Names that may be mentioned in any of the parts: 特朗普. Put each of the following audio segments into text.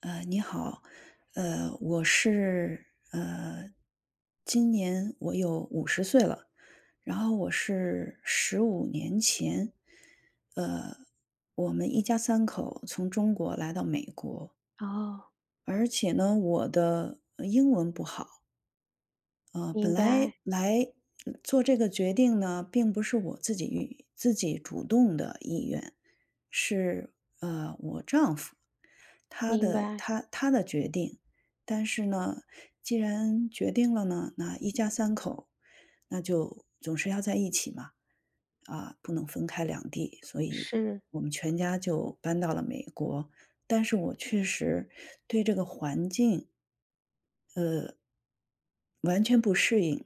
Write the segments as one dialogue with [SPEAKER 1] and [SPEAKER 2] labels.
[SPEAKER 1] 你好。我是呃，今年我有50岁了，然后我是15年前，呃，我们一家三口从中国来到美国。
[SPEAKER 2] 哦，
[SPEAKER 1] 而且呢，我的英文不好。本
[SPEAKER 2] 明
[SPEAKER 1] 来
[SPEAKER 2] 白，
[SPEAKER 1] 做这个决定呢，并不是我自己自己主动的意愿，是我丈夫
[SPEAKER 2] 明白，
[SPEAKER 1] 他的决定。但是呢，既然决定了呢，那一家三口，那就总是要在一起嘛，啊，不能分开两地，所以
[SPEAKER 2] 是，
[SPEAKER 1] 我们全家就搬到了美国。但是我确实对这个环境完全不适应。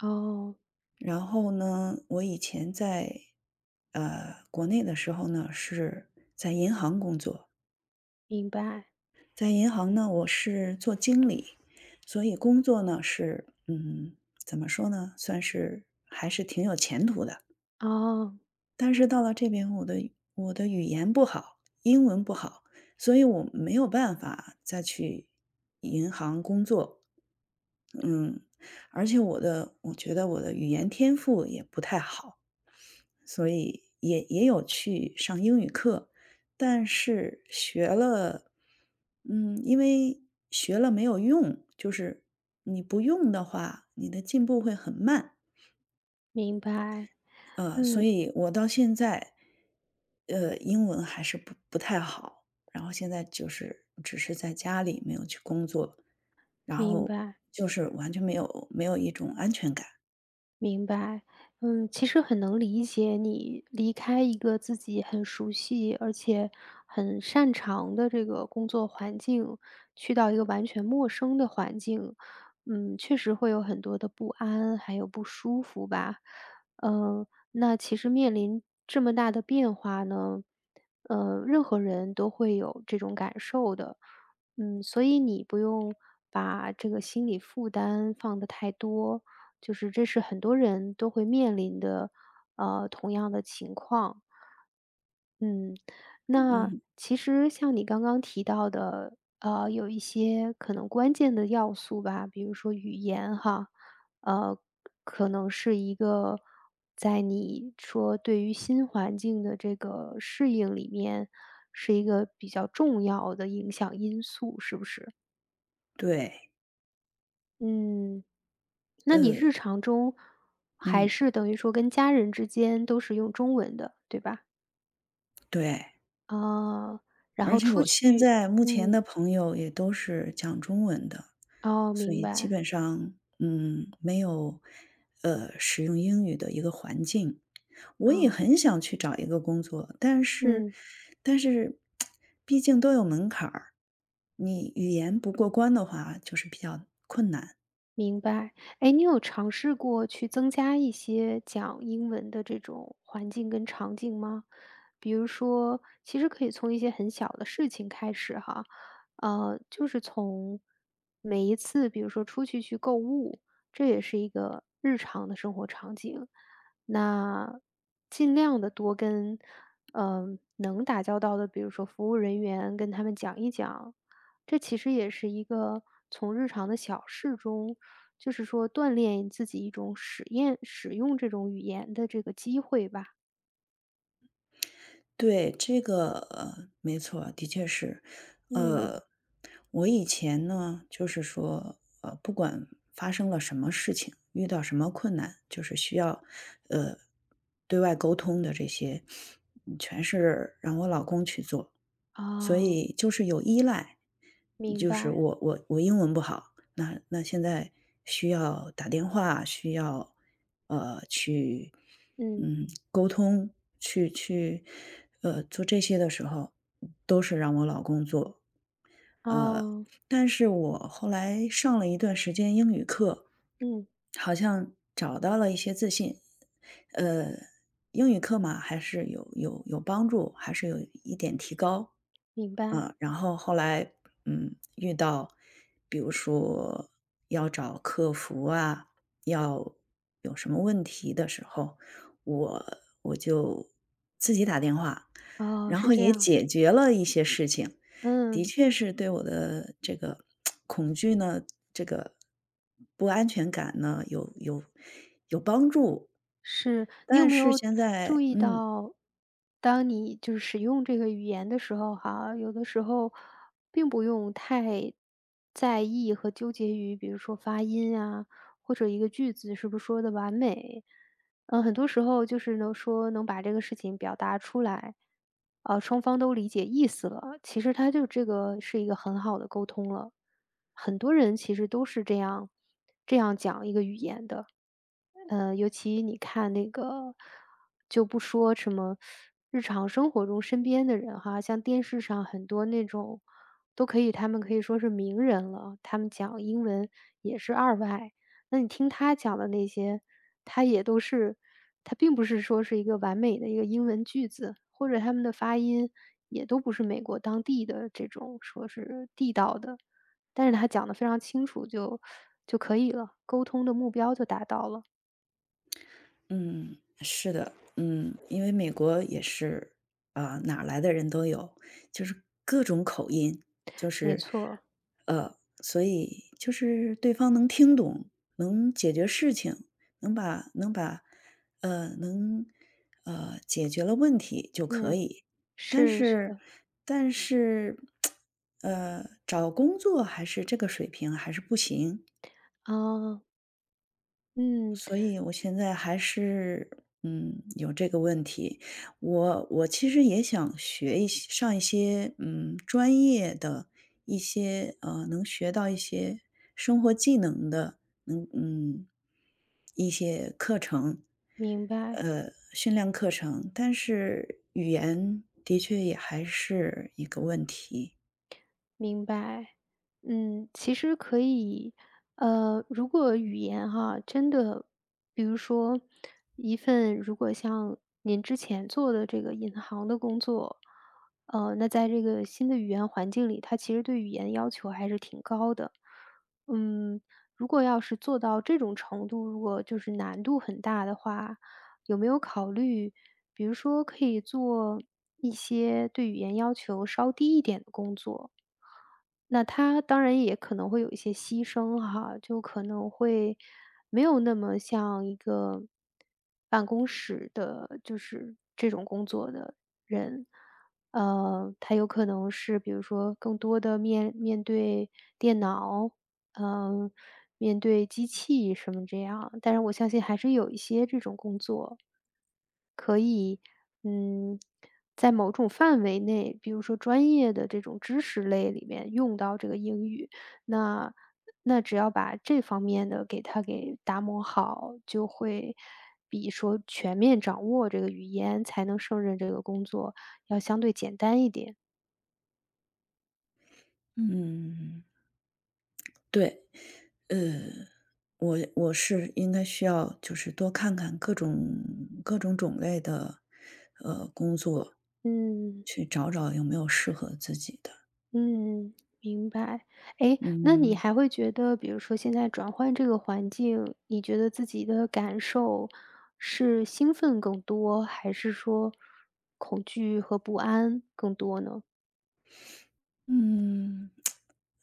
[SPEAKER 2] 哦，
[SPEAKER 1] 然后呢，我以前在国内的时候呢，是在银行工作。
[SPEAKER 2] 明白，
[SPEAKER 1] 在银行呢，我是做经理，所以工作呢是嗯，怎么说呢，算是还是挺有前途的。
[SPEAKER 2] 哦，
[SPEAKER 1] 但是到了这边，我的语言不好，英文不好，所以我没有办法再去银行工作。嗯，而且我觉得我的语言天赋也不太好。所以也有去上英语课，但是学了，嗯，因为学了没有用，就是你不用的话，你的进步会很慢。
[SPEAKER 2] 明白，
[SPEAKER 1] 所
[SPEAKER 2] 嗯，
[SPEAKER 1] 以我到现在，呃，英文还是不太好。然后现在就是只是在家里没有去工作，然
[SPEAKER 2] 明
[SPEAKER 1] 后
[SPEAKER 2] 白。
[SPEAKER 1] 就是完全没有一种安全感。
[SPEAKER 2] 明白，嗯，其实很能理解你离开一个自己很熟悉而且很擅长的这个工作环境，去到一个完全陌生的环境，嗯，确实会有很多的不安，还有不舒服吧。嗯，那其实面临这么大的变化呢，任何人都会有这种感受的。嗯，所以你不用把这个心理负担放得太多。就是这是很多人都会面临的，同样的情况。嗯，那
[SPEAKER 1] 嗯，
[SPEAKER 2] 其实像你刚刚提到的，有一些可能关键的要素吧，比如说语言哈，呃，可能是一个在你说对于新环境的这个适应里面，是一个比较重要的影响因素，是不是？
[SPEAKER 1] 对。
[SPEAKER 2] 嗯。那你
[SPEAKER 1] 呃，
[SPEAKER 2] 日常中还
[SPEAKER 1] 嗯，
[SPEAKER 2] 是等于说跟家人之间都是用中文的，对吧？
[SPEAKER 1] 对。
[SPEAKER 2] 啊，然
[SPEAKER 1] 而
[SPEAKER 2] 后
[SPEAKER 1] 且
[SPEAKER 2] 出
[SPEAKER 1] 我现
[SPEAKER 2] 去
[SPEAKER 1] 在目前
[SPEAKER 2] 嗯，
[SPEAKER 1] 的朋友也都是讲中文的，
[SPEAKER 2] 哦，
[SPEAKER 1] 所
[SPEAKER 2] 明
[SPEAKER 1] 以
[SPEAKER 2] 白，
[SPEAKER 1] 基本上，嗯，没有使用英语的一个环境。我也
[SPEAKER 2] 哦，
[SPEAKER 1] 很想去找一个工作，但是
[SPEAKER 2] 嗯。
[SPEAKER 1] 但是毕竟都有门槛儿，你语言不过关的话，就是比较困难。
[SPEAKER 2] 明白。哎，你有尝试过去增加一些讲英文的这种环境跟场景吗？比如说，其实可以从一些很小的事情开始哈，就是从每一次，比如说出去去购物，这也是一个日常的生活场景。那尽量的多跟，嗯、能打交道的，比如说服务人员，跟他们讲一讲，这其实也是一个从日常的小事中就是说锻炼自己一种实验使用这种语言的这个机会吧。
[SPEAKER 1] 对，这个，呃，没错，的确是。
[SPEAKER 2] 嗯，
[SPEAKER 1] 呃，我以前呢，就是说，呃，不管发生了什么事情，遇到什么困难，就是需要，呃，对外沟通的这些，嗯全是让我老公去做，所
[SPEAKER 2] 哦，
[SPEAKER 1] 以就是有依赖。
[SPEAKER 2] 明
[SPEAKER 1] 就是
[SPEAKER 2] 白。
[SPEAKER 1] 我英文不好，那现在需要打电话，需要去。
[SPEAKER 2] 嗯，
[SPEAKER 1] 嗯，沟通去，呃，做这些的时候，都是让我老公做。
[SPEAKER 2] 哦，
[SPEAKER 1] 但是我后来上了一段时间英语课，
[SPEAKER 2] 嗯，
[SPEAKER 1] 好像找到了一些自信。呃，英语课嘛，还是有帮助，还是有一点提高。
[SPEAKER 2] 明白。
[SPEAKER 1] 啊，然后后来，嗯，遇到比如说要找客服啊，要有什么问题的时候，我我就自己打电话，
[SPEAKER 2] 哦，
[SPEAKER 1] 然
[SPEAKER 2] 是
[SPEAKER 1] 后
[SPEAKER 2] 这
[SPEAKER 1] 也
[SPEAKER 2] 样。
[SPEAKER 1] 解决了一些事情。的
[SPEAKER 2] 嗯，
[SPEAKER 1] 确是对我的这个恐惧呢，这个不安全感呢，有帮助。
[SPEAKER 2] 是你有
[SPEAKER 1] 但
[SPEAKER 2] 没
[SPEAKER 1] 是
[SPEAKER 2] 有
[SPEAKER 1] 现
[SPEAKER 2] 注
[SPEAKER 1] 在
[SPEAKER 2] 意
[SPEAKER 1] 嗯，
[SPEAKER 2] 到，当你就是使用这个语言的时候，哈，有的时候并不用太在意和纠结于，比如说发音啊，或者一个句子是不是说的完美。嗯，很多时候就是能说能把这个事情表达出来，双方都理解意思了，其实它就这个是一个很好的沟通了。很多人其实都是这样讲一个语言的。尤其你看那个就不说什么日常生活中身边的人哈，像电视上很多那种都可以他们可以说是名人了，他们讲英文也是二外。那你听他讲的那些，他也都是他并不是说是一个完美的一个英文句子，或者他们的发音也都不是美国当地的这种说是地道的，但是他讲的非常清楚就可以了，沟通的目标就达到了。
[SPEAKER 1] 嗯，是的。嗯，因为美国也是，啊、哪儿来的人都有，就是各种口音，就
[SPEAKER 2] 没
[SPEAKER 1] 是，
[SPEAKER 2] 错，
[SPEAKER 1] 呃，所以就是对方能听懂，能解决事情，能把能把，呃，能呃解决了问题就可
[SPEAKER 2] 嗯，
[SPEAKER 1] 以。但
[SPEAKER 2] 是，是
[SPEAKER 1] 是
[SPEAKER 2] 的，
[SPEAKER 1] 但是 呃，找工作还是这个水平还是不行，
[SPEAKER 2] 啊，嗯，
[SPEAKER 1] 所以我现在还是，嗯，有这个问题。我其实也想学一些上一些，嗯，专业的一些，呃，能学到一些生活技能的，嗯嗯，一些课程，
[SPEAKER 2] 明白。
[SPEAKER 1] 呃，训练课程，但是语言的确也还是一个问题。
[SPEAKER 2] 明白，嗯，其实可以，如果语言哈，真的，比如说一份如果像您之前做的这个银行的工作，那在这个新的语言环境里，它其实对语言要求还是挺高的。嗯，如果要是做到这种程度，如果就是难度很大的话，有没有考虑，比如说可以做一些对语言要求稍低一点的工作？那他当然也可能会有一些牺牲哈，就可能会没有那么像一个办公室的，就是这种工作的人，他有可能是比如说更多的面对电脑，嗯、面对机器什么这样，但是我相信还是有一些这种工作，可以，嗯，在某种范围内，比如说专业的这种知识类里面用到这个英语，那只要把这方面的给它给打磨好，就会比说全面掌握这个语言才能胜任这个工作要相对简单一点。
[SPEAKER 1] 嗯。嗯，对，呃。我是应该需要就是多看看各种各种种类的，呃，工作，
[SPEAKER 2] 嗯。
[SPEAKER 1] 去找找有没有适合自己的。
[SPEAKER 2] 嗯，明白。哎，那你
[SPEAKER 1] 嗯
[SPEAKER 2] 还会觉得，比如说现在转换这个环境，你觉得自己的感受是兴奋更多，还是说恐惧和不安更多呢？
[SPEAKER 1] 嗯，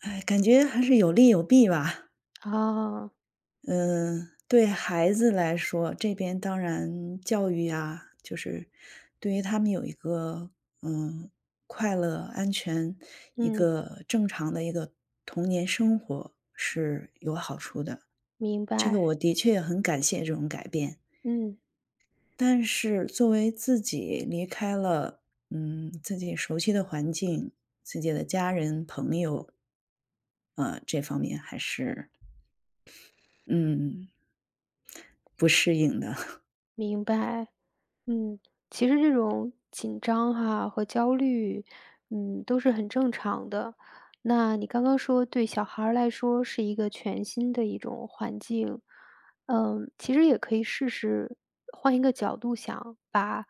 [SPEAKER 1] 哎，感觉还是有利有弊吧。
[SPEAKER 2] 啊，
[SPEAKER 1] 嗯，对孩子来说，这边当然教育啊，就是对于他们有一个嗯快乐、安全、一
[SPEAKER 2] 嗯，
[SPEAKER 1] 个正常的一个童年生活是有好处的。
[SPEAKER 2] 明
[SPEAKER 1] 这个
[SPEAKER 2] 白，
[SPEAKER 1] 我的确很感谢这种改变。
[SPEAKER 2] 嗯，
[SPEAKER 1] 但是作为自己离开了，嗯，自己熟悉的环境、自己的家人、朋友，呃，这方面还是，嗯，不适应的。
[SPEAKER 2] 明白。嗯，其实这种紧张哈和焦虑，嗯，都是很正常的。那你刚刚说对小孩儿来说是一个全新的一种环境，嗯，其实也可以试试换一个角度想，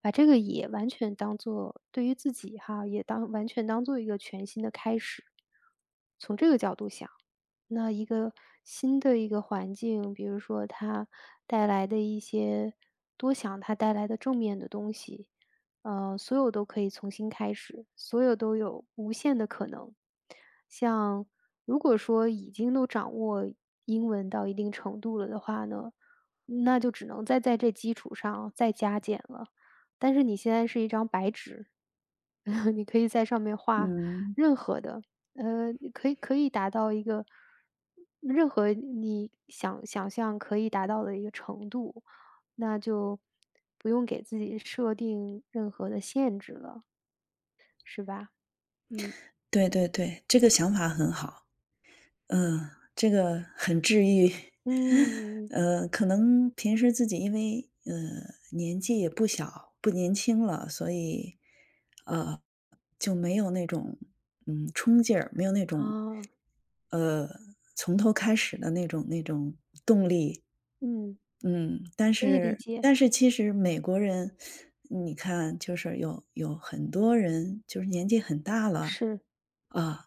[SPEAKER 2] 把这个也完全当做对于自己哈，也当完全当做一个全新的开始，从这个角度想。那一个新的一个环境，比如说它带来的一些多想它带来的正面的东西，所有都可以重新开始，所有都有无限的可能。像如果说已经都掌握英文到一定程度了的话呢，那就只能再在这基础上再加减了。但是你现在是一张白纸，你可以在上面画
[SPEAKER 1] 嗯，
[SPEAKER 2] 任何的，可以达到一个任何你想象可以达到的一个程度，那就不用给自己设定任何的限制了，是吧？嗯
[SPEAKER 1] 对对对，这个想法很好。嗯，这个很治愈。
[SPEAKER 2] 嗯
[SPEAKER 1] 呃，可能平时自己因为，呃，年纪也不小，不年轻了，所以，呃，就没有那种，嗯，冲劲儿，没有那种，
[SPEAKER 2] 啊，
[SPEAKER 1] 呃，从头开始的那种动力。
[SPEAKER 2] 嗯，
[SPEAKER 1] 嗯，
[SPEAKER 2] 可以理解，
[SPEAKER 1] 但是其实美国人，你看就是有很多人就是年纪很大了，
[SPEAKER 2] 是，
[SPEAKER 1] 啊，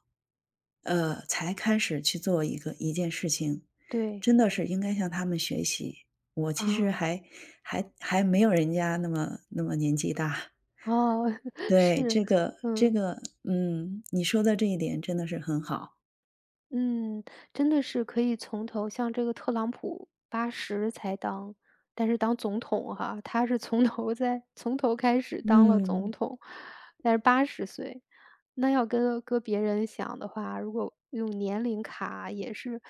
[SPEAKER 1] 呃，才开始去做一件事情，
[SPEAKER 2] 对
[SPEAKER 1] 真的是应该向他们学习。我其实
[SPEAKER 2] 啊，
[SPEAKER 1] 还没有人家那么年纪大。
[SPEAKER 2] 哦
[SPEAKER 1] 对，
[SPEAKER 2] 是，
[SPEAKER 1] 这
[SPEAKER 2] 嗯。
[SPEAKER 1] 个，嗯，你说的这一点真的是很好。
[SPEAKER 2] 嗯，真的是可以从头像这个特朗普八十才当但是当总统哈，他是从头开始当了总
[SPEAKER 1] 嗯，
[SPEAKER 2] 统，但是80岁。那要跟别人想的话，如果用年龄卡也是，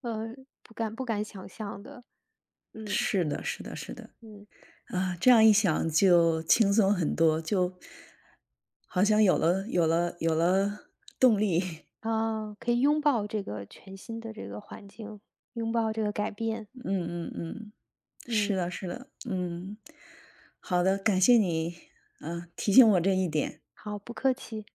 [SPEAKER 2] 呃，不敢想象的。嗯，
[SPEAKER 1] 是的，是的，是的。
[SPEAKER 2] 嗯，
[SPEAKER 1] 啊，这样一想就轻松很多，就好像有了有了动力。
[SPEAKER 2] 啊，可以拥抱这个全新的这个环境，拥抱这个改变。
[SPEAKER 1] 嗯嗯。是
[SPEAKER 2] 嗯，
[SPEAKER 1] 的，是的，嗯，好的，感谢你，呃，提醒我这一点。
[SPEAKER 2] 好，不客气。